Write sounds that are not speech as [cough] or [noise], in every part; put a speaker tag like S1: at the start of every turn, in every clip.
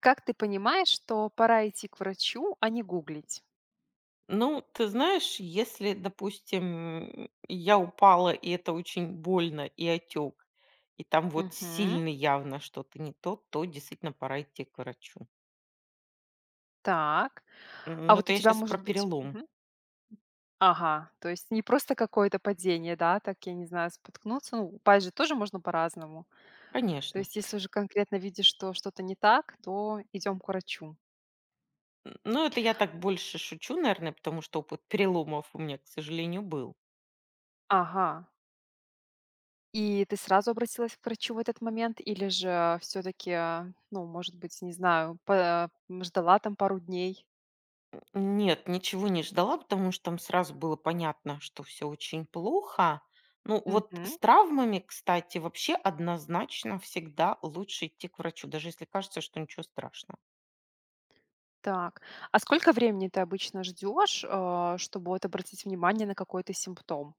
S1: Как ты понимаешь, что пора идти к врачу, а не гуглить?
S2: Ну, ты знаешь, если, допустим, я упала, и это очень больно, и отек, и там вот
S1: Мгм.
S2: сильно явно что-то не то, то действительно пора идти к врачу.
S1: Так. А
S2: Ну,
S1: вот у
S2: это я
S1: тебя
S2: сейчас про
S1: может быть.
S2: перелом,
S1: Мгм. Ага, то есть не просто какое-то падение, да, так, я не знаю, споткнуться. Ну, упасть же тоже можно по-разному. То
S2: конечно.
S1: есть если уже конкретно видишь, что что-то не так, то идем к врачу.
S2: Ну, это я так больше шучу, наверное, потому что опыт переломов у меня, к сожалению, был.
S1: Ага. И ты сразу обратилась к врачу в этот момент или же все таки, ну, может быть, не знаю, па ждала там пару дней?
S2: Нет, ничего не ждала, потому что там сразу было понятно, что все очень плохо. Ну, вот с
S1: Мгм.
S2: травмами, кстати, вообще однозначно всегда лучше идти к врачу, даже если кажется, что ничего страшного.
S1: Так. А сколько времени ты обычно ждешь, чтобы вот обратить внимание на какой-то симптом?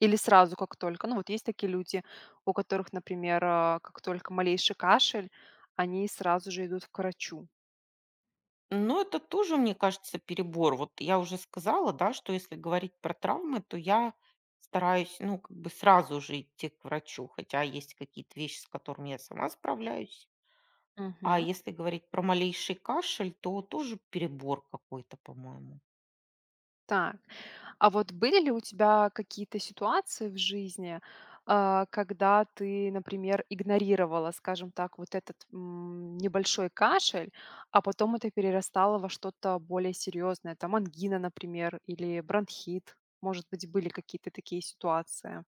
S1: Или сразу, как только? Ну, вот есть такие люди, у которых, например, как только малейший кашель, они сразу же идут к врачу.
S2: Но это тоже, мне кажется, перебор. Вот я уже сказала, да, что если говорить про травмы, то я стараюсь, ну, как бы сразу же идти к врачу, хотя есть какие-то вещи, с которыми я сама справляюсь. А
S1: Мгм.
S2: если говорить про малейший кашель, то тоже перебор какой-то, по-моему.
S1: Так. А вот были ли у тебя какие-то ситуации в жизни, когда ты, например, игнорировала, скажем так, вот этот небольшой кашель, а потом это перерастало во что-то более серьезное, там ангина, например, или бронхит? Может быть, были какие-то такие ситуации?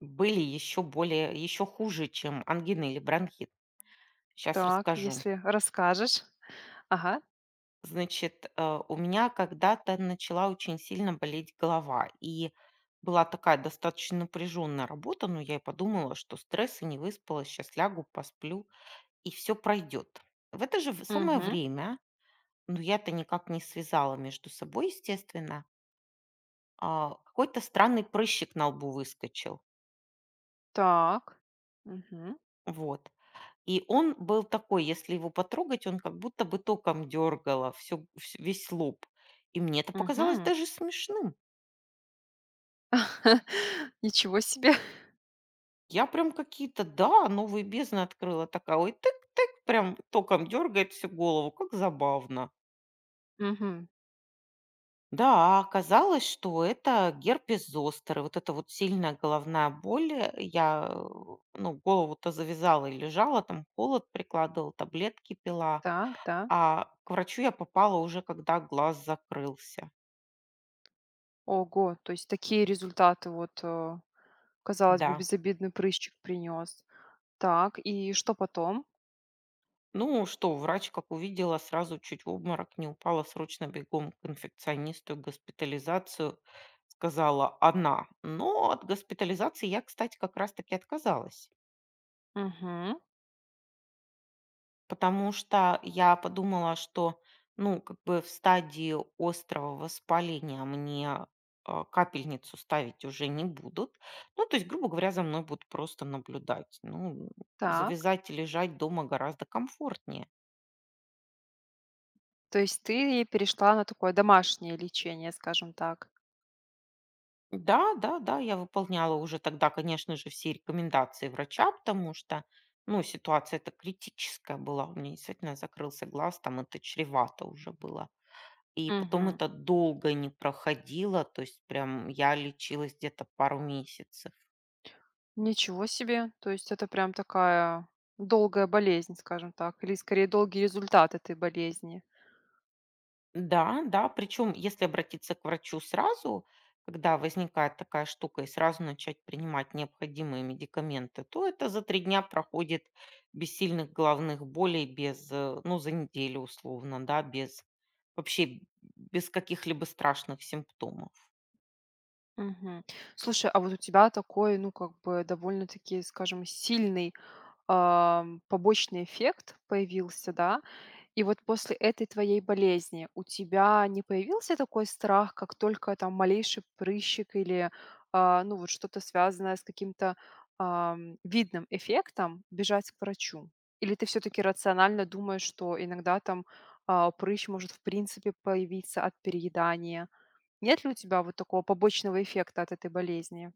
S2: Были еще более еще хуже, чем ангина или бронхит. Сейчас
S1: Так,
S2: расскажу.
S1: если расскажешь. Ага.
S2: Значит, у меня когда-то начала очень сильно болеть голова, и была такая достаточно напряженная работа, но я и подумала, что стресс и не выспалась, сейчас лягу, посплю, и все пройдет. В это же самое
S1: Мгм.
S2: время, но я-то никак не связала между собой, естественно, какой-то странный прыщик на лбу выскочил.
S1: Так. Мгм.
S2: Вот. И он был такой, если его потрогать, он как будто бы током дергало все весь лоб. И мне это показалось
S1: Мгм.
S2: даже смешным.
S1: [laughs] Ничего себе.
S2: Я прям какие-то, да, новые бездны открыла. Такая: "Ой, тык-тык", прям током дергает всю голову. Как забавно.
S1: Мгм.
S2: Да, оказалось, что это герпес зостер. И вот эта вот сильная головная боль. Я ну, голову-то завязала и лежала там, холод прикладывала, таблетки пила.
S1: Так, да.
S2: А к врачу я попала уже, когда глаз закрылся.
S1: Ого, то есть такие результаты вот, казалось бы,
S2: Да.
S1: безобидный прыщик принес. Так, и что потом?
S2: Ну что, врач, как увидела, сразу чуть в обморок не упала, срочно бегом к инфекционисту, и госпитализацию сказала она. Но от госпитализации я, кстати, как раз-таки отказалась,
S1: Мгм.
S2: потому что я подумала, что, ну, как бы в стадии острого воспаления мне капельницу ставить уже не будут. Ну, то есть, грубо говоря, за мной будут просто наблюдать. Ну,
S1: Так.
S2: завязать и лежать дома гораздо комфортнее.
S1: То есть ты перешла на такое домашнее лечение, скажем так.
S2: Да, да, да, я выполняла уже тогда, конечно же, все рекомендации врача, потому что, ну, ситуация-то критическая была. У меня действительно закрылся глаз, там это чревато уже было. И потом
S1: Мгм.
S2: это долго не проходило, то есть прям я лечилась где-то пару месяцев.
S1: Ничего себе. То есть это прям такая долгая болезнь, скажем так, или скорее долгий результат этой болезни.
S2: Да, да, причем если обратиться к врачу сразу, когда возникает такая штука, и сразу начать принимать необходимые медикаменты, то это за 3 дня проходит без сильных головных болей, без, ну, за неделю условно, да, без вообще без каких-либо страшных симптомов.
S1: Мгм. Слушай, а вот у тебя такой, ну, как бы довольно-таки, скажем, сильный, побочный эффект появился, да? И вот после этой твоей болезни у тебя не появился такой страх, как только там малейший прыщик или, ну, вот что-то связанное с каким-то, видным эффектом, бежать к врачу? Или ты все таки рационально думаешь, что иногда там, прыщ может в принципе появиться от переедания? Нет ли у тебя вот такого побочного эффекта от этой болезни?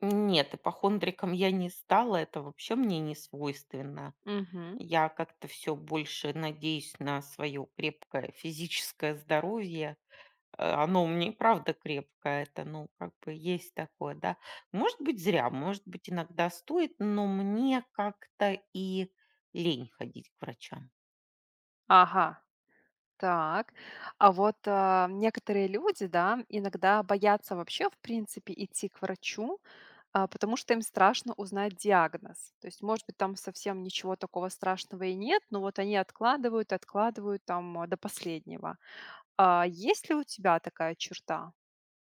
S2: Нет, ипохондриком я не стала, это вообще мне не свойственно.
S1: Мгм.
S2: Я как-то все больше надеюсь на свое крепкое физическое здоровье. А, оно у меня и правда крепкое, это, ну, как бы есть такое, да. Может быть, зря, может быть, иногда стоит, но мне как-то и лень ходить к врачам.
S1: Ага. Так. А вот, некоторые люди, да, иногда боятся вообще, в принципе, идти к врачу, потому что им страшно узнать диагноз. То есть, может быть, там совсем ничего такого страшного и нет, но вот они откладывают, откладывают там, до последнего. А есть ли у тебя такая черта?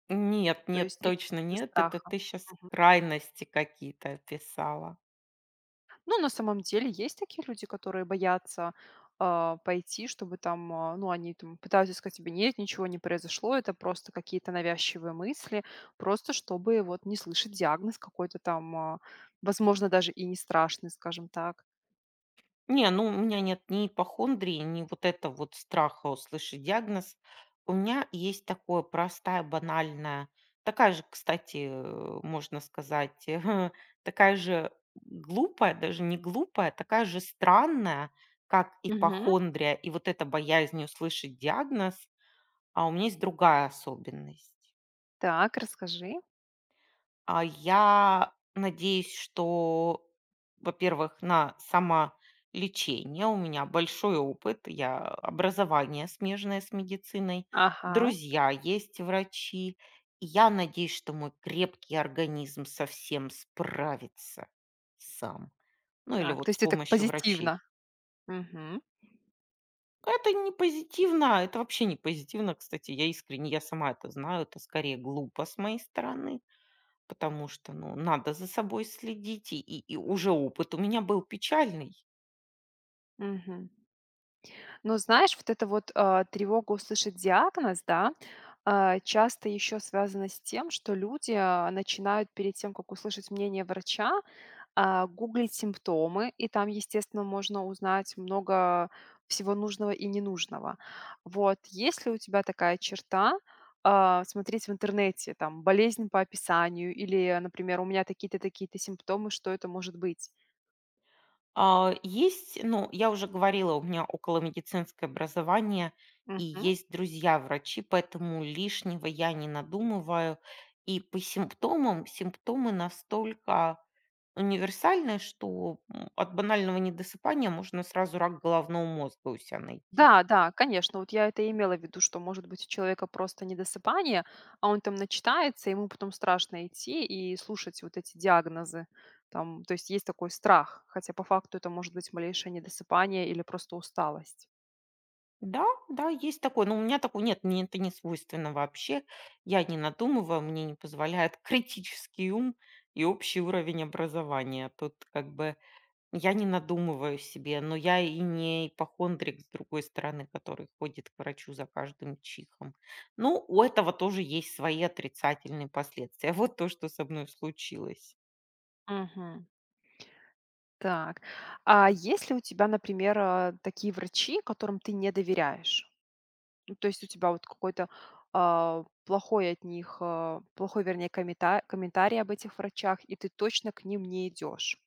S2: Нет,
S1: То
S2: нет,
S1: есть именно
S2: точно
S1: из
S2: нет, это
S1: страха?
S2: ты сейчас крайности какие-то описала.
S1: Ну, на самом деле есть такие люди, которые боятся, пойти, чтобы там, ну, они там пытаются сказать тебе: "Нет, ничего не произошло, это просто какие-то навязчивые мысли". Просто чтобы вот не слышать диагноз какой-то там, возможно, даже и не страшный, скажем так.
S2: Не, ну, у меня нет ни ипохондрии, ни вот это вот страха услышать диагноз. У меня есть такое простая, банальная, такая же, кстати, можно сказать, [laughs] такая же глупая, даже не глупая, такая же странная, как
S1: Мгм.
S2: ипохондрия и вот эта боязнь услышать диагноз, а у меня есть другая особенность.
S1: Так, расскажи.
S2: А я надеюсь, что, во-первых, на самолечение. У меня большой опыт, я образование смежное с медициной,
S1: Ага.
S2: друзья есть врачи. И я надеюсь, что мой крепкий организм совсем справится сам. Ну или
S1: Так, то
S2: вот с
S1: есть ты так
S2: помощью
S1: позитивно.
S2: врачей.
S1: Мгм.
S2: Это не позитивно, это вообще не позитивно, кстати, я искренне, я сама это знаю, это скорее глупо с моей стороны. Потому что, ну, надо за собой следить, и уже опыт у меня был печальный.
S1: Мгм. Но знаешь, вот эта вот, тревога услышать диагноз, да, часто еще связана с тем, что люди, начинают перед тем, как услышать мнение врача, гуглить симптомы, и там, естественно, можно узнать много всего нужного и ненужного. Вот, есть ли у тебя такая черта, смотреть в интернете, там, болезнь по описанию или, например, у меня такие-то, такие-то симптомы, что это может быть?
S2: А, есть, ну, я уже говорила, у меня околомедицинское образование и есть друзья-врачи, поэтому лишнего я не надумываю. И по симптомам, симптомы настолько универсальны, что от банального недосыпания можно сразу рак головного мозга у себя найти.
S1: Да, да, конечно, вот я это и имела в виду, что, может быть, у человека просто недосыпание, а он там начитается, ему потом страшно идти и слушать вот эти диагнозы. Там, то есть есть такой страх, хотя по факту это может быть малейшее недосыпание или просто усталость.
S2: Да, да, есть такое. Но у меня такого нет, мне это не свойственно вообще. Я не надумываю, мне не позволяет критический ум и общий уровень образования. Тут как бы я не надумываю себе, но я и не ипохондрик, с другой стороны, который ходит к врачу за каждым чихом. Ну, у этого тоже есть свои отрицательные последствия. [laughs] Вот то, что со мной случилось.
S1: Мгм. Так. А есть ли у тебя, например, такие врачи, которым ты не доверяешь? Ну, то есть у тебя вот какой-то плохой от них, плохой, вернее, комментарий об этих врачах, и ты точно к ним не идешь.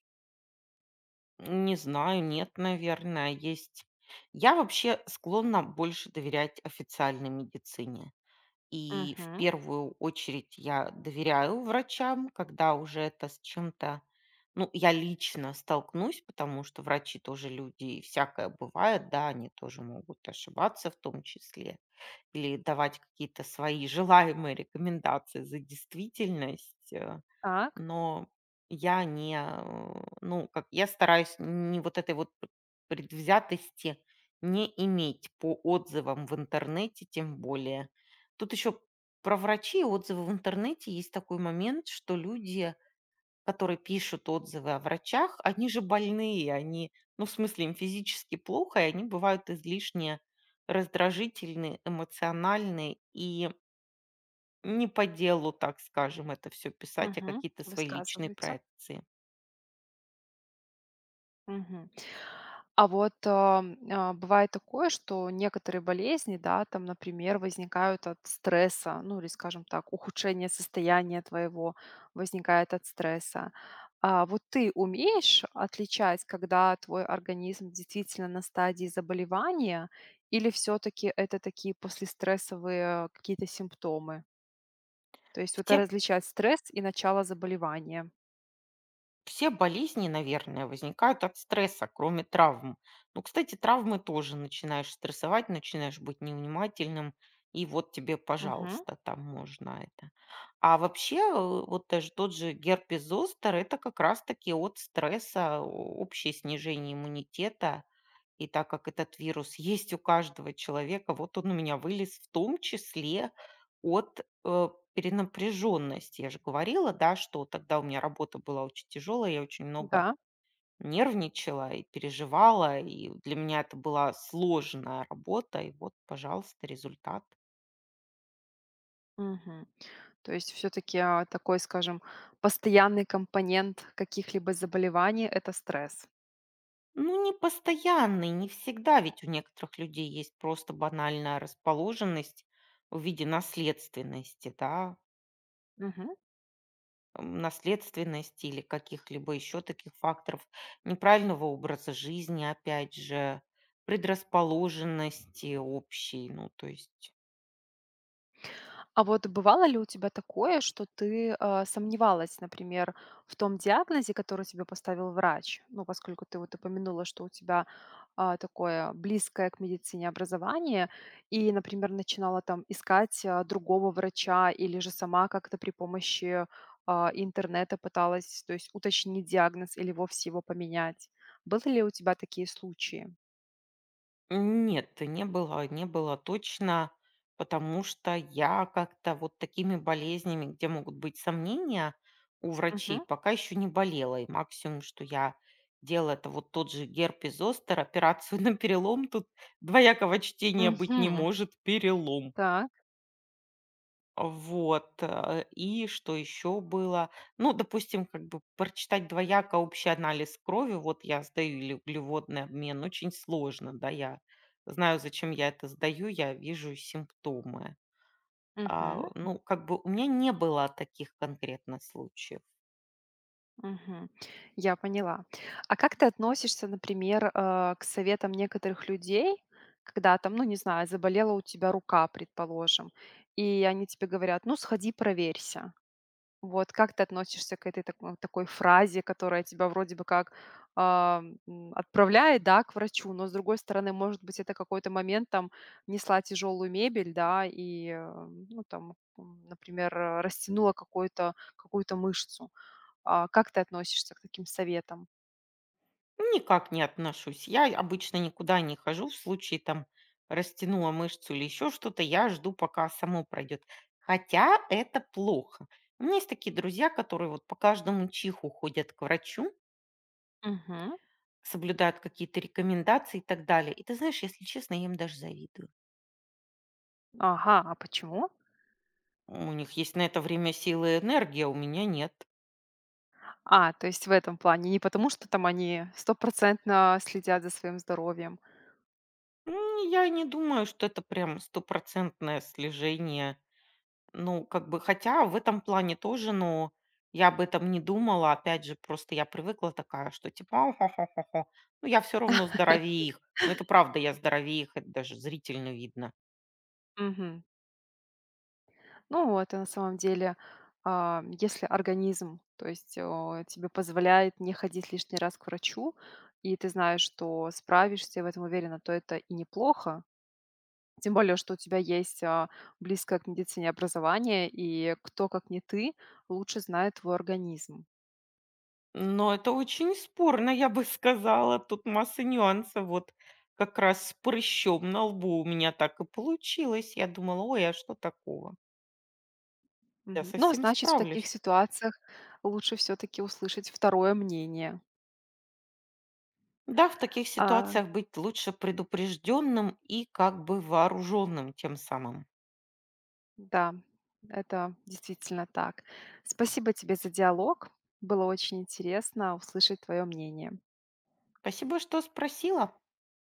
S2: Не знаю, нет, наверное, есть. Я вообще склонна больше доверять официальной медицине. И в
S1: Мгм.
S2: первую очередь я доверяю врачам, когда уже это с чем-то, ну, я лично столкнусь, потому что врачи тоже люди, и всякое бывает, да, они тоже могут ошибаться в том числе, или давать какие-то свои желаемые рекомендации за действительность. э
S1: Так.
S2: но я не, ну, как я стараюсь не вот этой вот предвзятости не иметь по отзывам в интернете, тем более. Тут еще про врачи и отзывы в интернете есть такой момент, что люди, которые пишут отзывы о врачах, они же больные, они, ну, в смысле, им физически плохо, и они бывают излишне раздражительны, эмоциональны и не по делу, так скажем, это все писать, а
S1: Мгм.
S2: какие-то свои личные
S1: Высказывается.
S2: проекции.
S1: Мгм. А вот, бывает такое, что некоторые болезни, да, там, например, возникают от стресса, ну или, скажем так, ухудшение состояния твоего возникает от стресса. А вот ты умеешь отличать, когда твой организм действительно на стадии заболевания, или все-таки это такие послестрессовые какие-то симптомы? То есть вот
S2: Все
S1: различать стресс и начало заболевания.
S2: все болезни, наверное, возникают от стресса, кроме травм. Ну, кстати, травмы тоже начинаешь стрессовать, начинаешь быть невнимательным, и вот тебе,
S1: Мгм.
S2: пожалуйста, там можно это. А вообще, вот даже тот же герпес зостер — это как раз таки от стресса, о общее снижение иммунитета. И так как этот вирус есть у каждого человека, вот он у меня вылез в том числе от перенапряженности. Я же говорила, да, что тогда у меня работа была очень тяжелая, я очень много
S1: Да.
S2: нервничала и переживала, и для меня это была сложная работа, и вот, пожалуйста, результат.
S1: Мгм. То есть все таки такой, скажем, постоянный компонент каких-либо заболеваний — это стресс.
S2: Ну, не постоянный, не всегда, ведь у некоторых людей есть просто банальная расположенность в виде наследственности, да,
S1: Мгм.
S2: наследственности или каких-либо еще таких факторов, неправильного образа жизни, опять же, предрасположенности общей. Ну, то есть
S1: А вот бывало ли у тебя такое, что ты, сомневалась, например, в том диагнозе, который тебе поставил врач? Ну, поскольку ты вот упомянула, что у тебя, такое близкое к медицине образование и, например, начинала там искать, другого врача или же сама как-то при помощи, интернета пыталась, то есть уточнить диагноз или вовсе его поменять. Были ли у тебя такие случаи?
S2: нет, не было, не было точно, потому что я как-то вот такими болезнями, где могут быть сомнения у врачей,
S1: Угу,
S2: пока еще не болела. И максимум, что я делала, это вот тот же герпес зостер, операцию [laughs] на перелом. Тут двоякого чтения быть не
S1: угу.
S2: может, перелом.
S1: Так.
S2: Вот, и что еще было? Ну, допустим, как бы прочитать двояко общий анализ крови, вот я сдаю или углеводный обмен, очень сложно, да, я знаю, зачем я это сдаю, я вижу симптомы. А,
S1: Мгм.
S2: ну, как бы у меня не было таких конкретно случаев.
S1: Мгм. Я поняла. А как ты относишься, например, к советам некоторых людей, когда там, ну, не знаю, заболела у тебя рука, предположим, и они тебе говорят, ну, сходи, проверься. Вот как ты относишься к этой такой фразе, которая тебя вроде бы как, отправляет, да, к врачу, но с другой стороны, может быть, это какой-то момент там несла тяжелую мебель, да, и, ну, там, например, растянула какую-то мышцу. А, как ты относишься к таким советам?
S2: Никак не отношусь. Я обычно никуда не хожу. В случае там растянула мышцу или еще что-то, я жду, пока само пройдет. Хотя это плохо. У меня есть такие друзья, которые вот по каждому чиху ходят к врачу,
S1: Мгм.
S2: соблюдают какие-то рекомендации и так далее. И ты знаешь, если честно, я им даже завидую.
S1: Ага, а почему?
S2: У них есть на это время силы и энергия, а у меня нет.
S1: А, то есть в этом плане. Не потому, что там они стопроцентно следят за своим здоровьем.
S2: Я не думаю, что это прям стопроцентное слежение. Ну, как бы, хотя в этом плане тоже, но я об этом не думала. Опять же, просто я привыкла такая, что типа, хо хо хо-хо-хо-хо, ну, я все равно здоровее их. Ну, это правда, я здоровее их, это даже зрительно видно.
S1: Мгм. Ну, вот, и на самом деле, если организм, то есть, тебе позволяет не ходить лишний раз к врачу, и ты знаешь, что справишься, и в этом уверена, то это и неплохо. Тем более, что у тебя есть, близкое к медицине образование, и кто, как не ты, лучше знает твой организм.
S2: Но это очень спорно, я бы сказала. Тут масса нюансов. Вот как раз с прыщом на лбу у меня так и получилось. Я думала, ой, а что такого? Я
S1: Мгм. Ну, а
S2: совсем
S1: значит, в таких
S2: справлюсь.
S1: ситуациях лучше все таки услышать второе мнение.
S2: Да, в таких
S1: А,
S2: ситуациях быть лучше предупрежденным и как бы вооруженным тем самым.
S1: да, это действительно так. Спасибо тебе за диалог. Было очень интересно услышать твое мнение.
S2: Спасибо, что спросила.